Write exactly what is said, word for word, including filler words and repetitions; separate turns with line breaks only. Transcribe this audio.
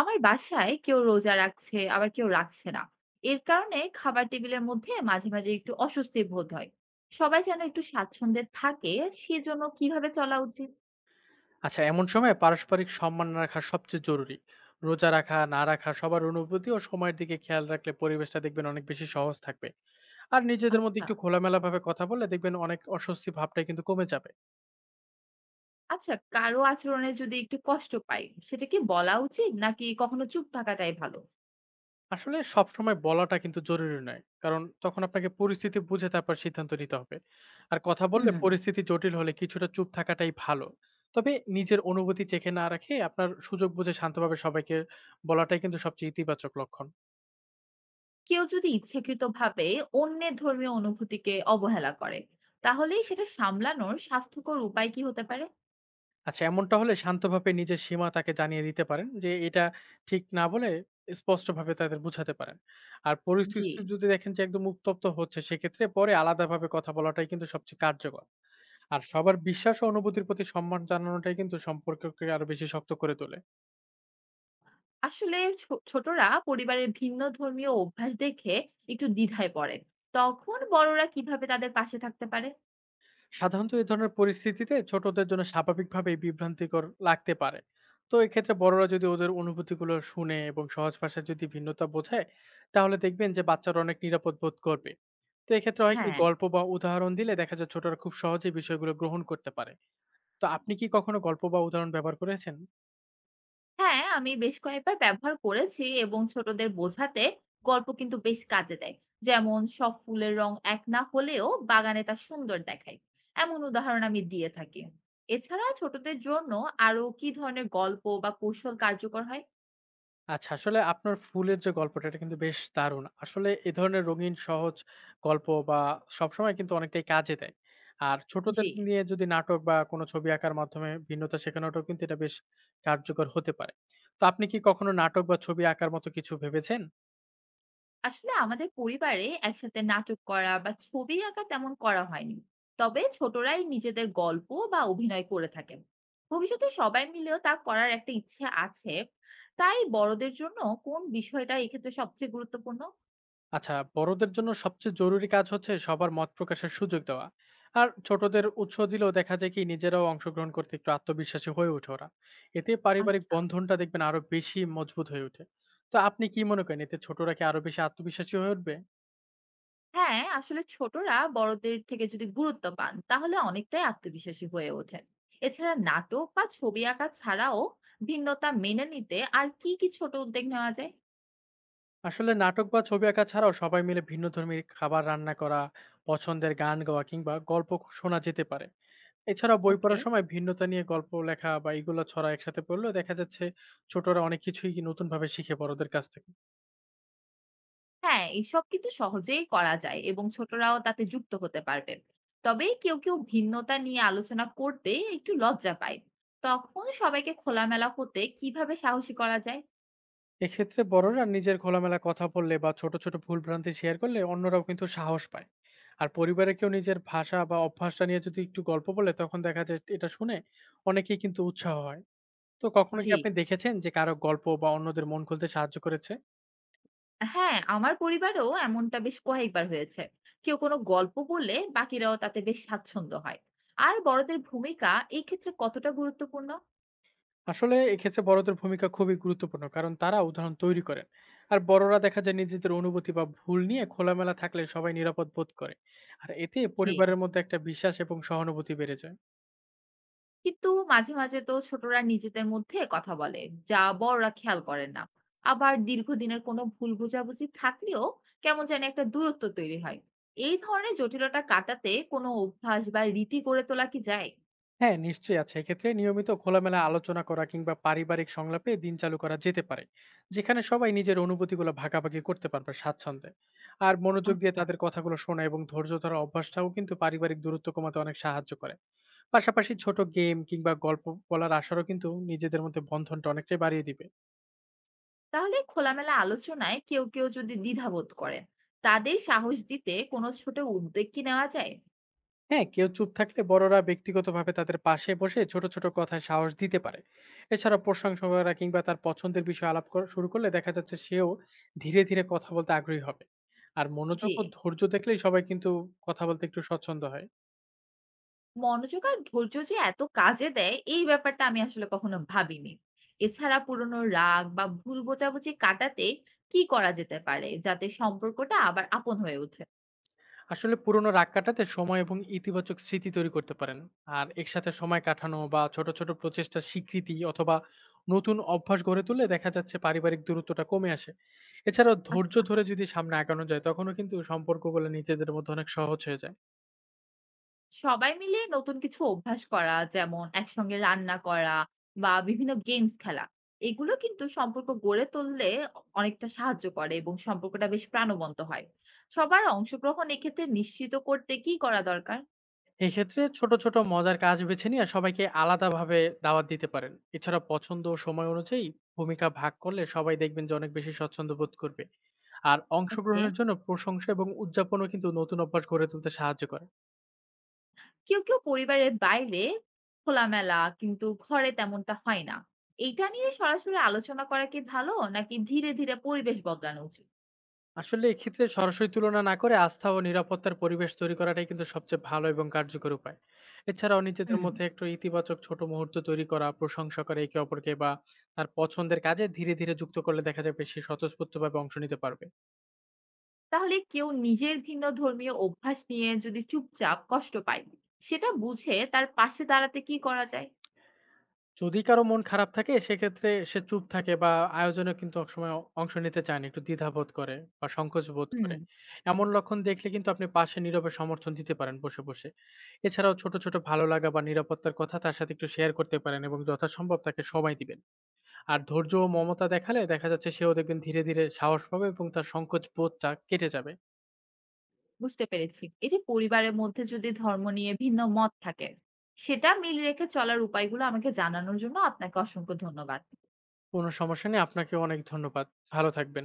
আমার বাসায় কেউ রোজা রাখছে আবার কেউ রাখছে না, এর কারণে খাবার টেবিলের মধ্যে মাঝে মাঝে একটু অস্বস্তি বোধ হয়। সবাই যেন একটু স্বাচ্ছন্দ্যে থাকে, সেজন্য কিভাবে চলা উচিত?
আচ্ছা, এমন সময় পারস্পরিক সম্মান রাখা সবচেয়ে জরুরি। রোজা রাখা না রাখা সবার অনুভূতি ও সময়ের দিকে খেয়াল রাখলে পরিবেশটা দেখবেন অনেক বেশি সহজ থাকবে। আর নিজেদের মধ্যে
আচ্ছা।
একটু খোলামেলা ভাবে কথা বললে দেখবেন অনেক অস্বস্তি ভাবটাই কিন্তু কমে যাবে।
আচ্ছা, কারো আচরণে যদি একটু কষ্ট পাই, সেটা কি বলা উচিত নাকি কখনো চুপ থাকাটাই ভালো?
আসলে সবসময় বলাটা কিন্তু জরুরি নয়, কারণ তখন আপনাকে পরিস্থিতি বুঝে তারপর সিদ্ধান্ত নিতে হবে। আর কথা
হুম।
বললে পরিস্থিতি জটিল হলে কিছুটা চুপ থাকাটাই ভালো। তবে নিজের অনুভূতি চেখে না রাখে আপনার সুযোগ বুঝে শান্তভাবে সবাইকে বলাটাই কিন্তু সবচেয়ে ইতিবাচক লক্ষণ।
কেউ যদি ইচ্ছাকৃত ভাবে অন্যের ধর্মীয় অনুভূতিকে অবহেলা করে, তাহলেই সেটা সামলানোর স্বাস্থ্যকর উপায় কি হতে পারে?
আচ্ছা, এমনটা হলে শান্তভাবে নিজের সীমা তাকে জানিয়ে দিতে পারেন যে এটা ঠিক না বলে স্পষ্টভাবে তাদের বুঝাতে পারেন। আর
জি।
পরিস্থিতি যদি দেখেন যে একদম উত্তপ্ত হচ্ছে, সেক্ষেত্রে পরে আলাদাভাবে কথা বলাটাই কিন্তু সবচেয়ে কার্যকর। আর সবার বিশ্বাস ও অনুভূতির প্রতি সম্মান জানানোটাই কিন্তু সম্পর্ককে আরো বেশি শক্ত করে তোলে।
আসলে ছো ছোটরা পরিবারের ভিন্ন ধর্মীয় অভ্যাস দেখে একটু দ্বিধায় পড়ে। তখন বড়রা কিভাবে তাদের পাশে থাকতে পারে?
সাধারণত এই ধরনের পরিস্থিতিতে ছোটদের জন্য স্বাভাবিকভাবেই বিভ্রান্তিকর লাগতে পারে। তো এক্ষেত্রে বড়রা যদি ওদের অনুভূতিগুলো শুনে এবং সহজ ভাষায় যদি ভিন্নতা বোঝায়, তাহলে দেখবেন যে বাচ্চারা অনেক নিরাপদ বোধ করবে। তো এক্ষেত্রে হয় কি
হ্যাঁ।
গল্প বা উদাহরণ দিলে দেখা যায় ছোটরা খুব সহজে বিষয়গুলো গ্রহণ করতে পারে। তো আপনি কি কখনো গল্প বা উদাহরণ ব্যবহার করেছেন?
হ্যাঁ, আমি বেশ কয়েকবার ব্যবহার করেছি এবং ছোটদের বোঝাতে গল্প কিন্তু বেশ কাজে দেয়। যেমন সব ফুলের রং এক না হলেও বাগানে তা সুন্দর দেখায়। এমন উদাহরণ আমি দিয়ে থাকি। এছাড়া ছোটদের জন্য আরো কি ধরনের গল্প বা কৌশল কার্যকর হয়?
আচ্ছা, আসলে আপনার ফুলের যে গল্পটা এটা কিন্তু বেশ দারুণ। আসলে এ ধরনের রঙিন সহজ গল্প বা সবসময় কিন্তু অনেকটাই কাজে দেয়। আর
জি।
ছোটদের নিয়ে যদি নাটক বা কোনো ছবি আঁকার মাধ্যমে ভিন্নতা শেখানোটাও কিন্তু এটা বেশ কার্যকর হতে পারে। তো আপনি কি কখনো নাটক বা ছবি আঁকার মতো কিছু ভেবেছেন?
আসলে আমাদের পরিবারে একসাথে নাটক করা বা ছবি আঁকা তেমন করা হয়নি, তবে ছোটরাই নিজেদের গল্প বা অভিনয় করে থাকেন। ভবিষ্যতে সবাই মিলেও তা করার একটা ইচ্ছে আছে। তাই বড়দের জন্য কোন বিষয়টা এক্ষেত্রে সবচেয়ে গুরুত্বপূর্ণ?
আচ্ছা, বড়দের জন্য সবচেয়ে জরুরি কাজ হচ্ছে সবার মত প্রকাশের সুযোগ দেওয়া। আর ছোটদের উৎস দিলেও দেখা যায় কি নিজেরাও অংশগ্রহণ করতে একটু আত্মবিশ্বাসী হয়ে ওঠে ওরা। এতে পারিবারিক
আচ্ছা।
বন্ধনটা দেখবেন আরো বেশি মজবুত হয়ে ওঠে। তো আপনি কি মনে করেন এতে ছোটরা কি আরো বেশি আত্মবিশ্বাসী হয়ে উঠবে?
হ্যাঁ, আসলে ছোটরা বড়দের থেকে যদি গুরুত্ব পান তাহলে অনেকটাই আত্মবিশ্বাসী হয়ে ওঠেন। এছাড়া নাটক বা ছবি আঁকা ছাড়াও ভিন্নতা মেনে নিতে আর কি কি ছোট উদ্যোগ নেওয়া যায়?
আসলে নাটক বা ছবি আঁকা ছাড়াও সবাই মিলে ভিন্ন ধর্মীর খাবার রান্না করা, পছন্দের গান গাওয়া কিংবা গল্প শোনা যেতে পারে। এছাড়া বই
ওকে।
পড়ার সময় ভিন্নতা নিয়ে গল্প লেখা বা এগুলো ছড়া একসাথে পড়লেও দেখা যাচ্ছে ছোটরা অনেক কিছুই নতুন ভাবে শিখে বড়দের কাছ থেকে।
হ্যাঁ, এইসব কিন্তু সহজেই করা যায় এবং ছোটরাও তাতে যুক্ত হতে পারবে। তবে কেউ, কেউ ভিন্নতা নিয়ে আলোচনা করতে একটু লজ্জা পায়। তখন সবাইকে খোলামেলা হতে কিভাবে সাহসী করা যায়?
এক্ষেত্রে বড়রা নিজের খোলামেলা কথা বললে বা ছোট ছোট ভুলভ্রান্তি শেয়ার করলে অন্যরাও কিন্তু সাহস পায়। আর পরিবারে কেউ নিজের ভাষা বা অভ্যাসটা নিয়ে যদি একটু গল্প বলে তখন দেখা যায় এটা শুনে অনেকেই কিন্তু উৎসাহ হয়। তো কখনো কি
জি।
আপনি দেখেছেন যে কারো গল্প বা অন্যদের মন খুলতে সাহায্য করেছে?
হ্যাঁ, আমার পরিবারেও এমনটা বেশ কয়েকবার হয়েছে। কেউ কোনো গল্প বললে বাকিরাও তাতে বেশ স্বাচ্ছন্দ্য হয়। আর বড়দের ভূমিকা এই ক্ষেত্রে কতটা গুরুত্বপূর্ণ?
আসলে এক্ষেত্রে বড়দের ভূমিকা খুবই গুরুত্বপূর্ণ, কারণ তারা উদাহরণ তৈরি করেন। আর বড়রা দেখা যায় নিজেদের অনুভূতি বা ভুল নিয়ে খোলামেলা থাকলে সবাই নিরাপদ বোধ করে। আর এতে
জি।
পরিবারের মধ্যে একটা বিশ্বাস এবং সহানুভূতি বেড়ে যায়।
কিন্তু মাঝে, মাঝে তো ছোটরা নিজেদের মধ্যে কথা বলে, যা বড়রা খেয়াল করেন না। আবার দীর্ঘদিনের কোনো ভুল বোঝাবুঝি থাকলেও কেমন যেন একটা দূরত্ব তৈরি হয়। এই ধরনের জটিলতা কাটাতে কোনো অভ্যাস বা রীতি গড়ে তোলা কি যায়?
হ্যাঁ, নিশ্চয়ই আছে। এক্ষেত্রে নিয়মিত খোলামেলা আলোচনা করা কিংবা পারিবারিক সংলাপে দিন চালু করা যেতে পারে, যেখানে সবাই নিজের অনুভূতিগুলো ভাগাভাগি করতে পারবে স্বাচ্ছন্দ্যে। আর মনোযোগ দিয়ে
আচ্ছা।
তাদের কথাগুলো শোনা এবং ধৈর্য ধরার অভ্যাসটাও কিন্তু পারিবারিক দূরত্ব কমাতে অনেক সাহায্য করে। পাশাপাশি ছোট গেম কিংবা গল্প বলার আসরও কিন্তু নিজেদের মধ্যে বন্ধনটা অনেকটাই বাড়িয়ে দিবে।
তাহলে খোলামেলা আলোচনায় কেউ, কেউ যদি দ্বিধাবোধ করেন, তাদের সাহস দিতে কোনো ছোট উদ্যোগ কি নেওয়া যায়?
হ্যাঁ, কেউ চুপ থাকলে বড়রা ব্যক্তিগতভাবে তাদের পাশে বসে ছোট ছোট কথায় সাহস দিতে পারে। এছাড়া প্রশংসা করা কিংবা তার পছন্দের বিষয়ে আলাপ করা শুরু করলে দেখা যাচ্ছে সেও ধীরে ধীরে কথা বলতে আগ্রহী হবে। আর
জি।
মনোযোগ ও ধৈর্য দেখলেই সবাই কিন্তু কথা বলতে একটু স্বচ্ছন্দ হয়।
মনোযোগ আর ধৈর্য যে এত কাজে দেয় এই ব্যাপারটা আমি আসলে কখনো ভাবিনি। এছাড়া পুরনো রাগ বা ভুল বোঝাবুঝি কাটাতে কি করা যেতে পারে যাতে সম্পর্কটা আবার আপন হয়ে ওঠে?
আসলে পুরোনো রাগ কাটাতে সময় এবং ইতিবাচক স্মৃতি তৈরি করতে পারেন। আর একসাথে সময় কাটানো বা ছোট ছোট প্রচেষ্টার স্বীকৃতি অথবা নতুন অভ্যাস গড়ে তুললে দেখা যাচ্ছে পারিবারিক দূরত্বটা কমে আসে। এছাড়াও ধৈর্য
আচ্ছা,
ধরে যদি সামনে আগানো যায় তখনও কিন্তু সম্পর্কগুলো নিজেদের মধ্যে অনেক সহজ হয়ে যায়।
সবাই মিলে নতুন কিছু অভ্যাস করা যেমন একসঙ্গে রান্না করা বা বিভিন্ন গেমস খেলা। এগুলো কিন্তু সম্পর্ক গড়ে তুললে অ অনেকটা সাহায্য করে এবং সম্পর্কটা বেশ প্রাণবন্ত হয়। সবার অংশগ্রহণ এক্ষেত্রে নিশ্চিত করতে কি করা দরকার?
এক্ষেত্রে ছোট ছোট মজার কাজ বেছে নিয়ে সবাইকে আলাদাভাবে দাওয়াত দিতে পারেন। এছাড়া পছন্দ ও সময় অনুযায়ী ভূমিকা ভাগ করলে সবাই দেখবেন যে অনেক বেশি স্বচ্ছন্দ্য বোধ করবে। আর
ওকে।
অংশগ্রহণের জন্য প্রশংসা এবং উদযাপনও কিন্তু নতুন অভ্যাস গড়ে তুলতে সাহায্য করে।
কেউ, কেউ পরিবারের বাইরে খোলামেলা, কিন্তু ঘরে তেমনটা হয় না। এইটা নিয়ে সরাসরি আলোচনা করা কি ভালো নাকি ধীরে, ধীরে পরিবেশ বদলানো উচিত?
আসলে এক্ষেত্রে সরাসরি তুলনা না করে আস্থা ও নিরাপত্তার পরিবেশ তৈরি করাটাই কিন্তু সবচেয়ে ভালো এবং কার্যকর উপায়। এছাড়াও নিজেদের
হুম।
মধ্যে একটু ইতিবাচক ছোট মুহূর্ত তৈরি করা, প্রশংসা করে একে অপরকে বা তার পছন্দের কাজে ধীরে ধীরে যুক্ত করলে দেখা যাবে সে স্বতঃস্ফূর্তভাবে অংশ নিতে পারবে।
তাহলে কেউ নিজের ভিন্ন ধর্মীয় অভ্যাস নিয়ে যদি চুপচাপ কষ্ট পায়, সেটা বুঝে তার পাশে দাঁড়াতে কি করা যায়?
যদি কারো মন খারাপ থাকে সেক্ষেত্রে সে চুপ থাকে বা আয়োজনে কিন্তু একসময় অ অংশ নিতে চায় না। একটু দ্বিধাবোধ করে বা সংকোচ বোধ করে।
হুম।
এমন লক্ষণ দেখলে কিন্তু আপনি পাশে নীরবে সমর্থন দিতে পারেন বসে, বসে। এছাড়াও ছোট, ছোট ভালো লাগা বা নিরাপত্তার কথা তার সাথে একটু শেয়ার করতে পারেন এবং যথাসম্ভব তাকে সময় দিবেন। আর ধৈর্য ও মমতা দেখালে দেখা যাচ্ছে সেও দেখবেন ধীরে, ধীরে সাহস পাবে এবং তার সংকোচ বোধটা কেটে যাবে।
বুঝতে পেরেছি। এই যে পরিবারের মধ্যে যদি ধর্ম নিয়ে ভিন্ন মত থাকে, সেটা মিল রেখে চলার উপায়গুলো আমাকে জানানোর জন্য আপনাকে অসংখ্য ধন্যবাদ।
কোনো সমস্যা নেই। আপনাকেও অনেক ধন্যবাদ। ভালো থাকবেন।